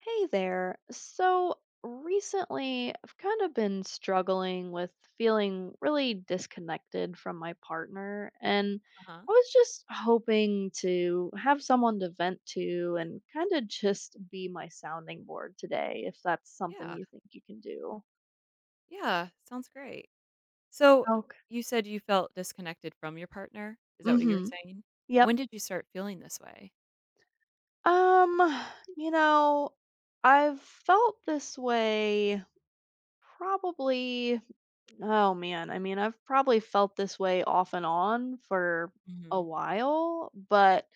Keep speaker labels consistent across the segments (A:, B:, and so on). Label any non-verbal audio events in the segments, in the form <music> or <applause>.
A: Hey there. So recently, I've kind of been struggling with feeling really disconnected from my partner, and
B: Uh-huh.
A: I was just hoping to have someone to vent to and kind of just be my sounding board today, if that's something
B: Yeah.
A: you think you can do.
B: Yeah, sounds great. So,
A: Okay.
B: you said you felt disconnected from your partner? Is that what you were
A: Mm-hmm.
B: saying?
A: Yep.
B: When did you start feeling this way?
A: Um, you know, I've felt this way probably. Oh man, I mean, I've probably felt this way off and on for a
B: Mhm.
A: while, but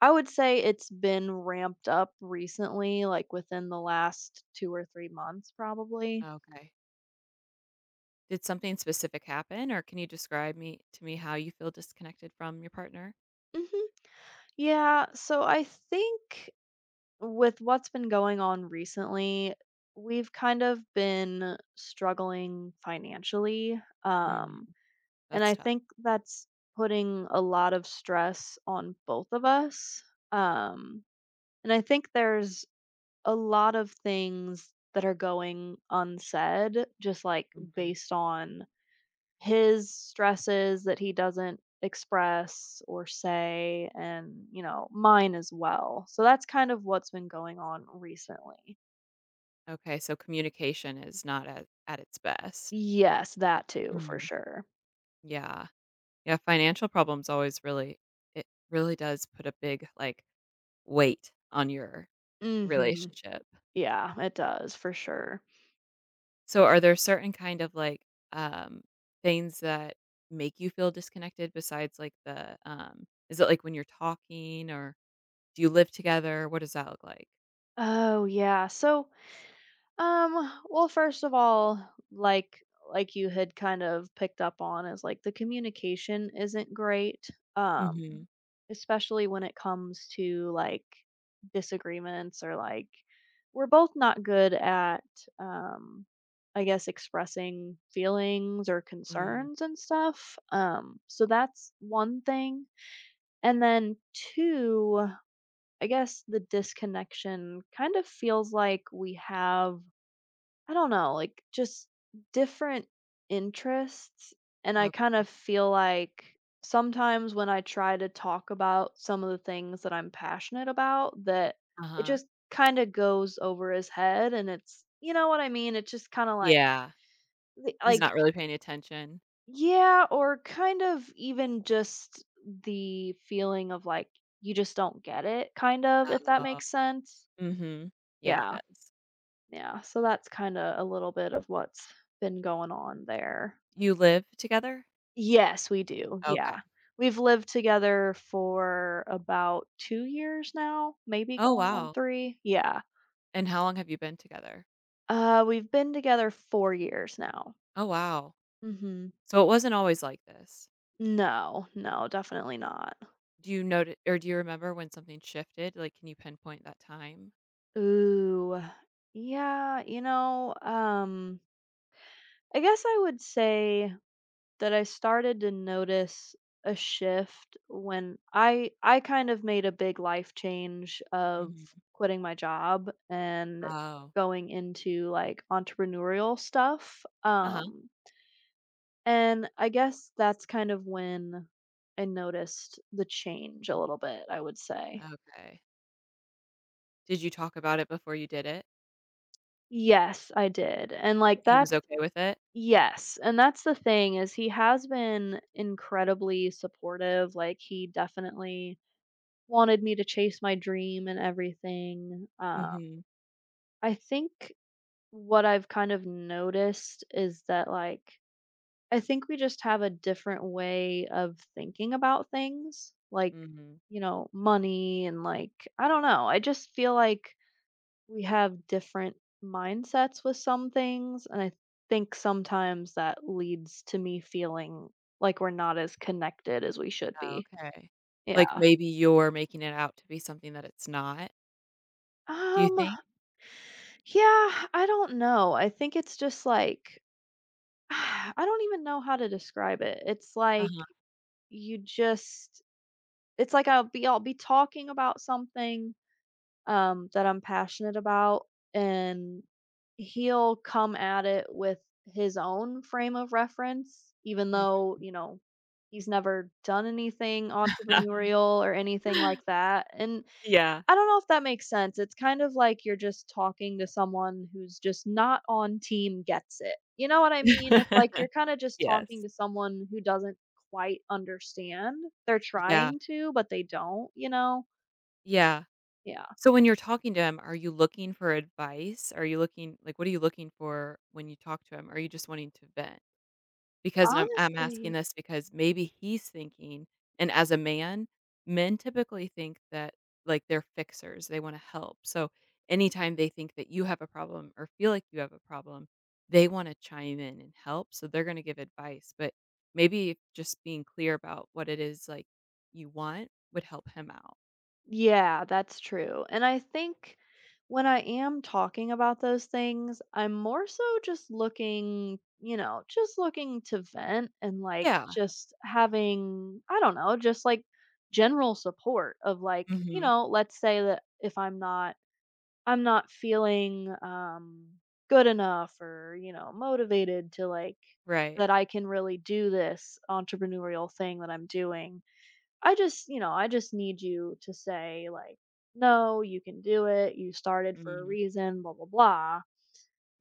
A: I would say it's been ramped up recently, like within the last 2 or 3 months, probably.
B: Okay. Did something specific happen or can you describe me to me how you feel disconnected from your partner?
A: hmm Yeah, so I think with what's been going on recently, we've kind of been struggling financially.
B: Mm,
A: And
B: that's
A: I
B: tough.
A: think that's putting a lot of stress on both of us. Um, And I think there's a lot of things that are going unsaid, just like
B: Mhm.
A: based on his stresses that he doesn't express or say, and, mine as well. So that's kind of what's been going on recently.
B: Okay, so communication is not at its best.
A: Yes, that too, for
B: Mm,
A: sure.
B: yeah. Yeah, financial problems always really it really does put a big like weight on your
A: Mhm.
B: relationship.
A: Yeah, it does for sure.
B: So are there certain kind of, like, um, things that make you feel disconnected besides, like, is it, like, when you're talking, or do you live together? What does that look like?
A: Oh, yeah. Um, well, first of all, like you had kind of picked up on is like the communication isn't great. Um,
B: Mhm.
A: Especially when it comes to like disagreements or like we're both not good at um I guess expressing feelings or
B: Mm.
A: concerns and stuff. So that's one thing. And then two, I guess the disconnection kind of feels like we have I don't know, like, just different interests, and I kind
B: Okay.
A: of feel like sometimes when I try to talk about some of the things that I'm passionate about, that it
B: Uh-huh.
A: just kind of goes over his head, and it's what I mean? It's just kind of like
B: Yeah.
A: the
B: He's
A: like,
B: not really paying attention.
A: yeah, or kind of even just the feeling of, like, you just don't get it, kind of, if that
B: Oh.
A: makes sense?
B: Mhm. Yeah, it
A: Yeah,
B: does.
A: yeah, so that's kinda a little bit of what's been going on there.
B: You live together?
A: Yes, we do, yeah.
B: Okay.
A: We've lived together for about 2 years now, maybe
B: Oh,
A: going on
B: wow.
A: 3, yeah.
B: And how long have you been together?
A: We've been together 4 years now.
B: Oh, wow.
A: Mhm.
B: So it wasn't always like this.
A: No, no, definitely not.
B: Do you notice, or do you remember when something shifted? Like, can you pinpoint that time?
A: Ooh, yeah, I guess I would say that I started to notice a shift when I kind of made a big life change of
B: Mhm.
A: quitting my job and
B: Oh.
A: going into like entrepreneurial stuff.
B: Uh-huh.
A: And I guess that's kind of when I noticed the change a little bit, I would say.
B: Okay. Did you talk about it before you did it?
A: Yes, I did. And like
B: He was
A: that's
B: okay with it?
A: yes, and that's the thing is he has been incredibly supportive. Like he definitely wanted me to chase my dream and everything.
B: Mhm.
A: I think what I've kind of noticed is that, like, I think we just have a different way of thinking about things, like,
B: Mhm.
A: money and like, I don't know. I just feel like we have different mindsets with some things. And I think sometimes that leads to me feeling like we're not as connected as we should
B: Oh,
A: be.
B: okay.
A: Yeah.
B: Like, maybe you're making it out to be something that it's not, do you
A: Um,
B: think?
A: Yeah, I don't know. I think it's just like <sighs> I don't even know how to describe it. It's like
B: Uh-huh.
A: you just it's like I'll be talking about something that I'm passionate about and he'll come at it with his own frame of reference even though, he's never done anything entrepreneurial or anything like
B: <laughs>
A: that. And
B: Yeah.
A: I don't know if that makes sense. It's kind of like you're just talking to someone who's just not on team gets it. What I mean? It's like you're
B: <laughs>
A: kinda just talking
B: Yes.
A: to someone who doesn't quite understand. They're
B: Yeah.
A: trying to, but they don't, you know?
B: Yeah.
A: Yeah.
B: So when you're talking to him, are you looking for advice? Are you looking like, what are you looking for when you talk to him? Are you just wanting to vent? Because I'm asking
A: Honestly,
B: this because maybe he's thinking and as a man, men typically think that, like, they're fixers, they wanna help, so anytime they think that you have a problem or feel like you have a problem, they wanna chime in and help, so they're gonna give advice, but maybe just being clear about what it is, like, you want would help him out.
A: yeah, that's true. And I think when I am talking about those things, I'm more so just looking, just looking to vent and like
B: Yeah.
A: just having, I don't know, just like general support of like,
B: Mhm.
A: let's say that if I'm not I'm not feeling good enough or, motivated to like
B: Right.
A: that I can really do this entrepreneurial thing that I'm doing I just, I just need you to say like, "No, you can do it. You started for a
B: Mhm.
A: reason, blah blah blah,"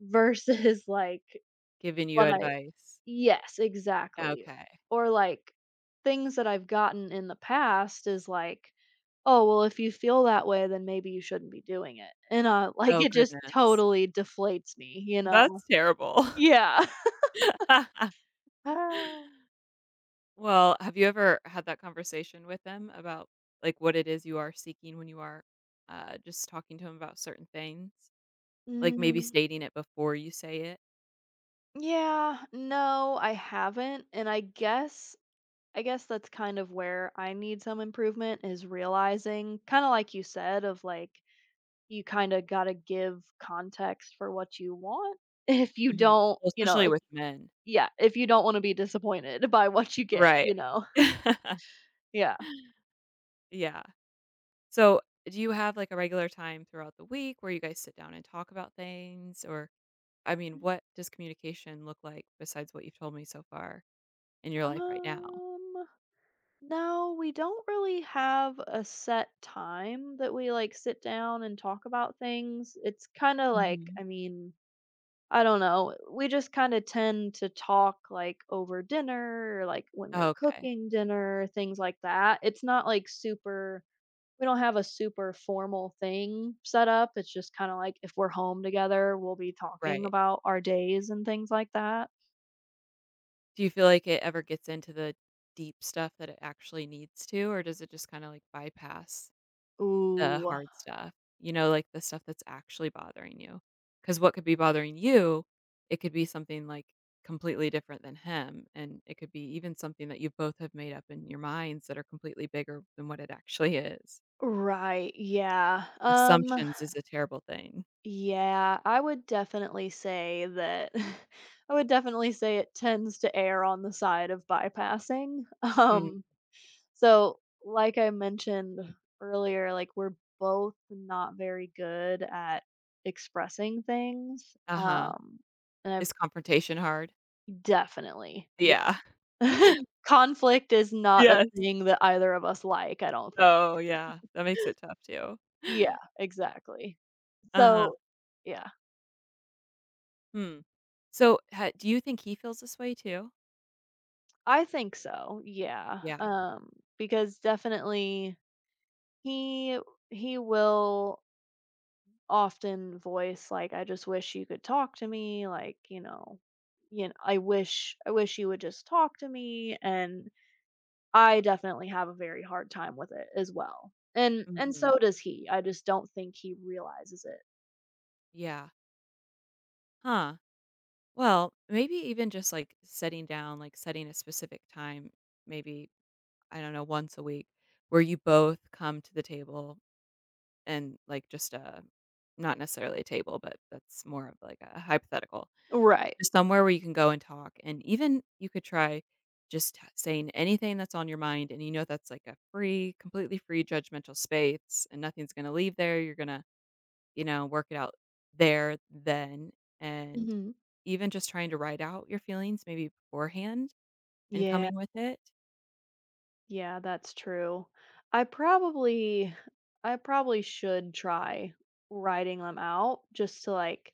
A: versus <laughs> like
B: Giving you
A: what I
B: advice.
A: yes, exactly.
B: Okay.
A: Or like things that I've gotten in the past is like, "Oh, well, if you feel that way, then maybe you shouldn't be doing it." And, <laughs> like
B: Oh
A: it just
B: goodness.
A: totally deflates me, you know?
B: That's terrible.
A: Yeah. <laughs>
B: <laughs>
A: Oh.
B: Well, have you ever had that conversation with them about, like, what it is you are seeking when you are, just talking to them about certain things? Like, maybe
A: Mm,
B: stating it before you say it?
A: yeah, no, I haven't, and I guess that's kind of where I need some improvement is realizing, kind of like you said, of like, you kind of got to give context for what you want. <laughs> If you
B: Mhm.
A: don't,
B: Well, especially
A: if,
B: with men.
A: yeah, if you don't want to be disappointed <laughs> by what you get,
B: Right.
A: you know,
B: <laughs>
A: yeah.
B: Yeah. So, do you have like a regular time throughout the week where you guys sit down and talk about things? Or, I mean, what does communication look like besides what you've told me so far in your life right now?
A: Um, no, we don't really have a set time that we like sit down and talk about things. It's kind of like,
B: hmm
A: I mean, I don't know, we just kinda tend to talk, like, over dinner or, like, when we're
B: Okay.
A: cooking dinner, things like that. It's not, like, super we don't have a super formal thing set up, it's just kinda like if we're home together, we'll be talking
B: Right.
A: about our days and things like that.
B: Do you feel like it ever gets into the deep stuff that it actually needs to, or does it just kind of like bypass the
A: Ooh,
B: hard stuff, you know, like the stuff that's actually bothering you. Because what could be bothering you, it could be something, like, completely different than him, and it could be even something that you both have made up in your minds that are completely bigger than what it actually is.
A: right, yeah,
B: Assumptions is a terrible thing.
A: yeah, I would definitely say that <laughs> I would definitely say it tends to err on the side of bypassing, <laughs>
B: Mm,
A: um so, like I mentioned earlier, like we're both not very good at expressing things.
B: uh-huh.
A: And I've
B: Is confrontation hard?
A: definitely, yeah.
B: Yeah.
A: <laughs>
B: <laughs>
A: Conflict is not a
B: Yes.
A: thing that either of us like, I don't think.
B: Oh, yeah, that makes it tough too.
A: Yeah,
B: <laughs>
A: exactly.
B: Uh-huh.
A: So, yeah,
B: Hmm. So, ha do you think he feels this way too?
A: I think so. Yeah.
B: Yeah.
A: Because definitely he he will often voice like I just wish you could talk to me like you know, I wish you would just talk to me, and I definitely have a very hard time with it as well. And
B: Mhm.
A: so does he. I just don't think he realizes it.
B: Yeah. Huh. Well, maybe even just like setting down, like setting a specific time, maybe, I don't know, once a week where you both come to the table and like just a, not necessarily a table, but that's more of like a hypothetical,
A: Right.
B: just somewhere where you can go and talk. And even you could try just saying anything that's on your mind. And you know, that's like a free, completely free judgmental space and nothing's going to leave there. You're going to you know, work it out there then. And
A: hmm
B: even just trying to write out your feelings maybe beforehand and
A: Yeah,
B: coming with it.
A: yeah, that's true. I probably I probably should try writing them out just to like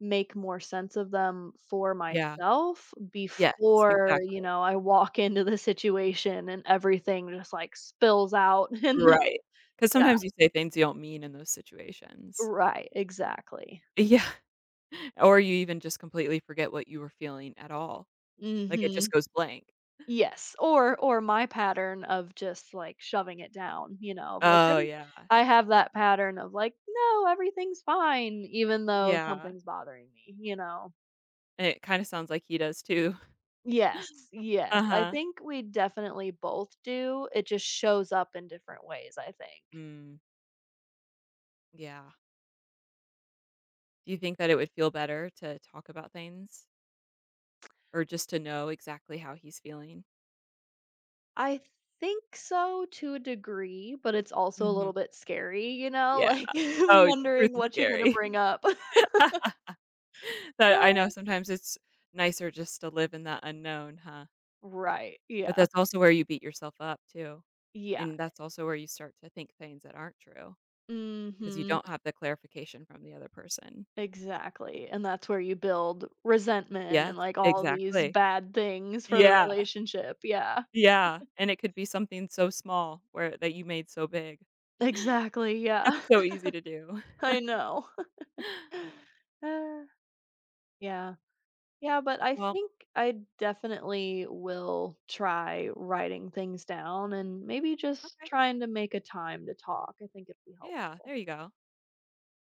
A: make more sense of them for
B: Yeah.
A: myself
B: Yes,
A: before,
B: exactly.
A: I walk into the situation and everything just, like, spills out <laughs> and then
B: Right. Because
A: yeah,
B: sometimes you say things you don't mean in those situations.
A: right, exactly.
B: Yeah. <laughs> Or you even just completely forget what you were feeling at all. Like it just
A: Mhm.
B: goes blank.
A: Yes, or my pattern of just, like, shoving it down, of, like,
B: Oh,
A: every
B: yeah.
A: I have that pattern of, like, "No, everything's fine," even though
B: Yeah.
A: something's bothering me, you know?
B: And it kinda sounds like he does too. <laughs>
A: Yes, yes, I
B: Uh-huh.
A: think we definitely both do, it just shows up in different ways, I think.
B: Mm, yeah. Do you think that it would feel better to talk about things? Or just to know exactly how he's feeling?
A: I think so to a degree, but it's also a
B: Mhm.
A: little bit scary,
B: Yeah.
A: like <laughs>
B: Oh, truth
A: wondering
B: is
A: what you're gonna
B: scary.
A: bring up. <laughs>
B: <laughs> That I know sometimes it's nicer just to live in that unknown, huh?
A: Right.
B: But
A: Yeah.
B: that's also where you beat yourself up too,
A: Yeah.
B: and that's also where you start to think things that aren't true because you
A: Mhm.
B: don't have the clarification from the other person.
A: Exactly. And that's where you build resentment
B: Yes,
A: and like all these
B: exactly.
A: bad things for the
B: Yeah,
A: relationship. Yeah.
B: yeah, and it could be something so small where that you made so big. <laughs>
A: Exactly. Yeah.
B: It's so
A: <laughs>
B: easy to do.
A: I know. <sighs>
B: <laughs>
A: <laughs> Uh, yeah. Yeah, but I
B: Well,
A: think I definitely will try writing things down and maybe just
B: okay.
A: trying to make a time to talk. I think it'll be
B: Yeah,
A: helpful.
B: there you go.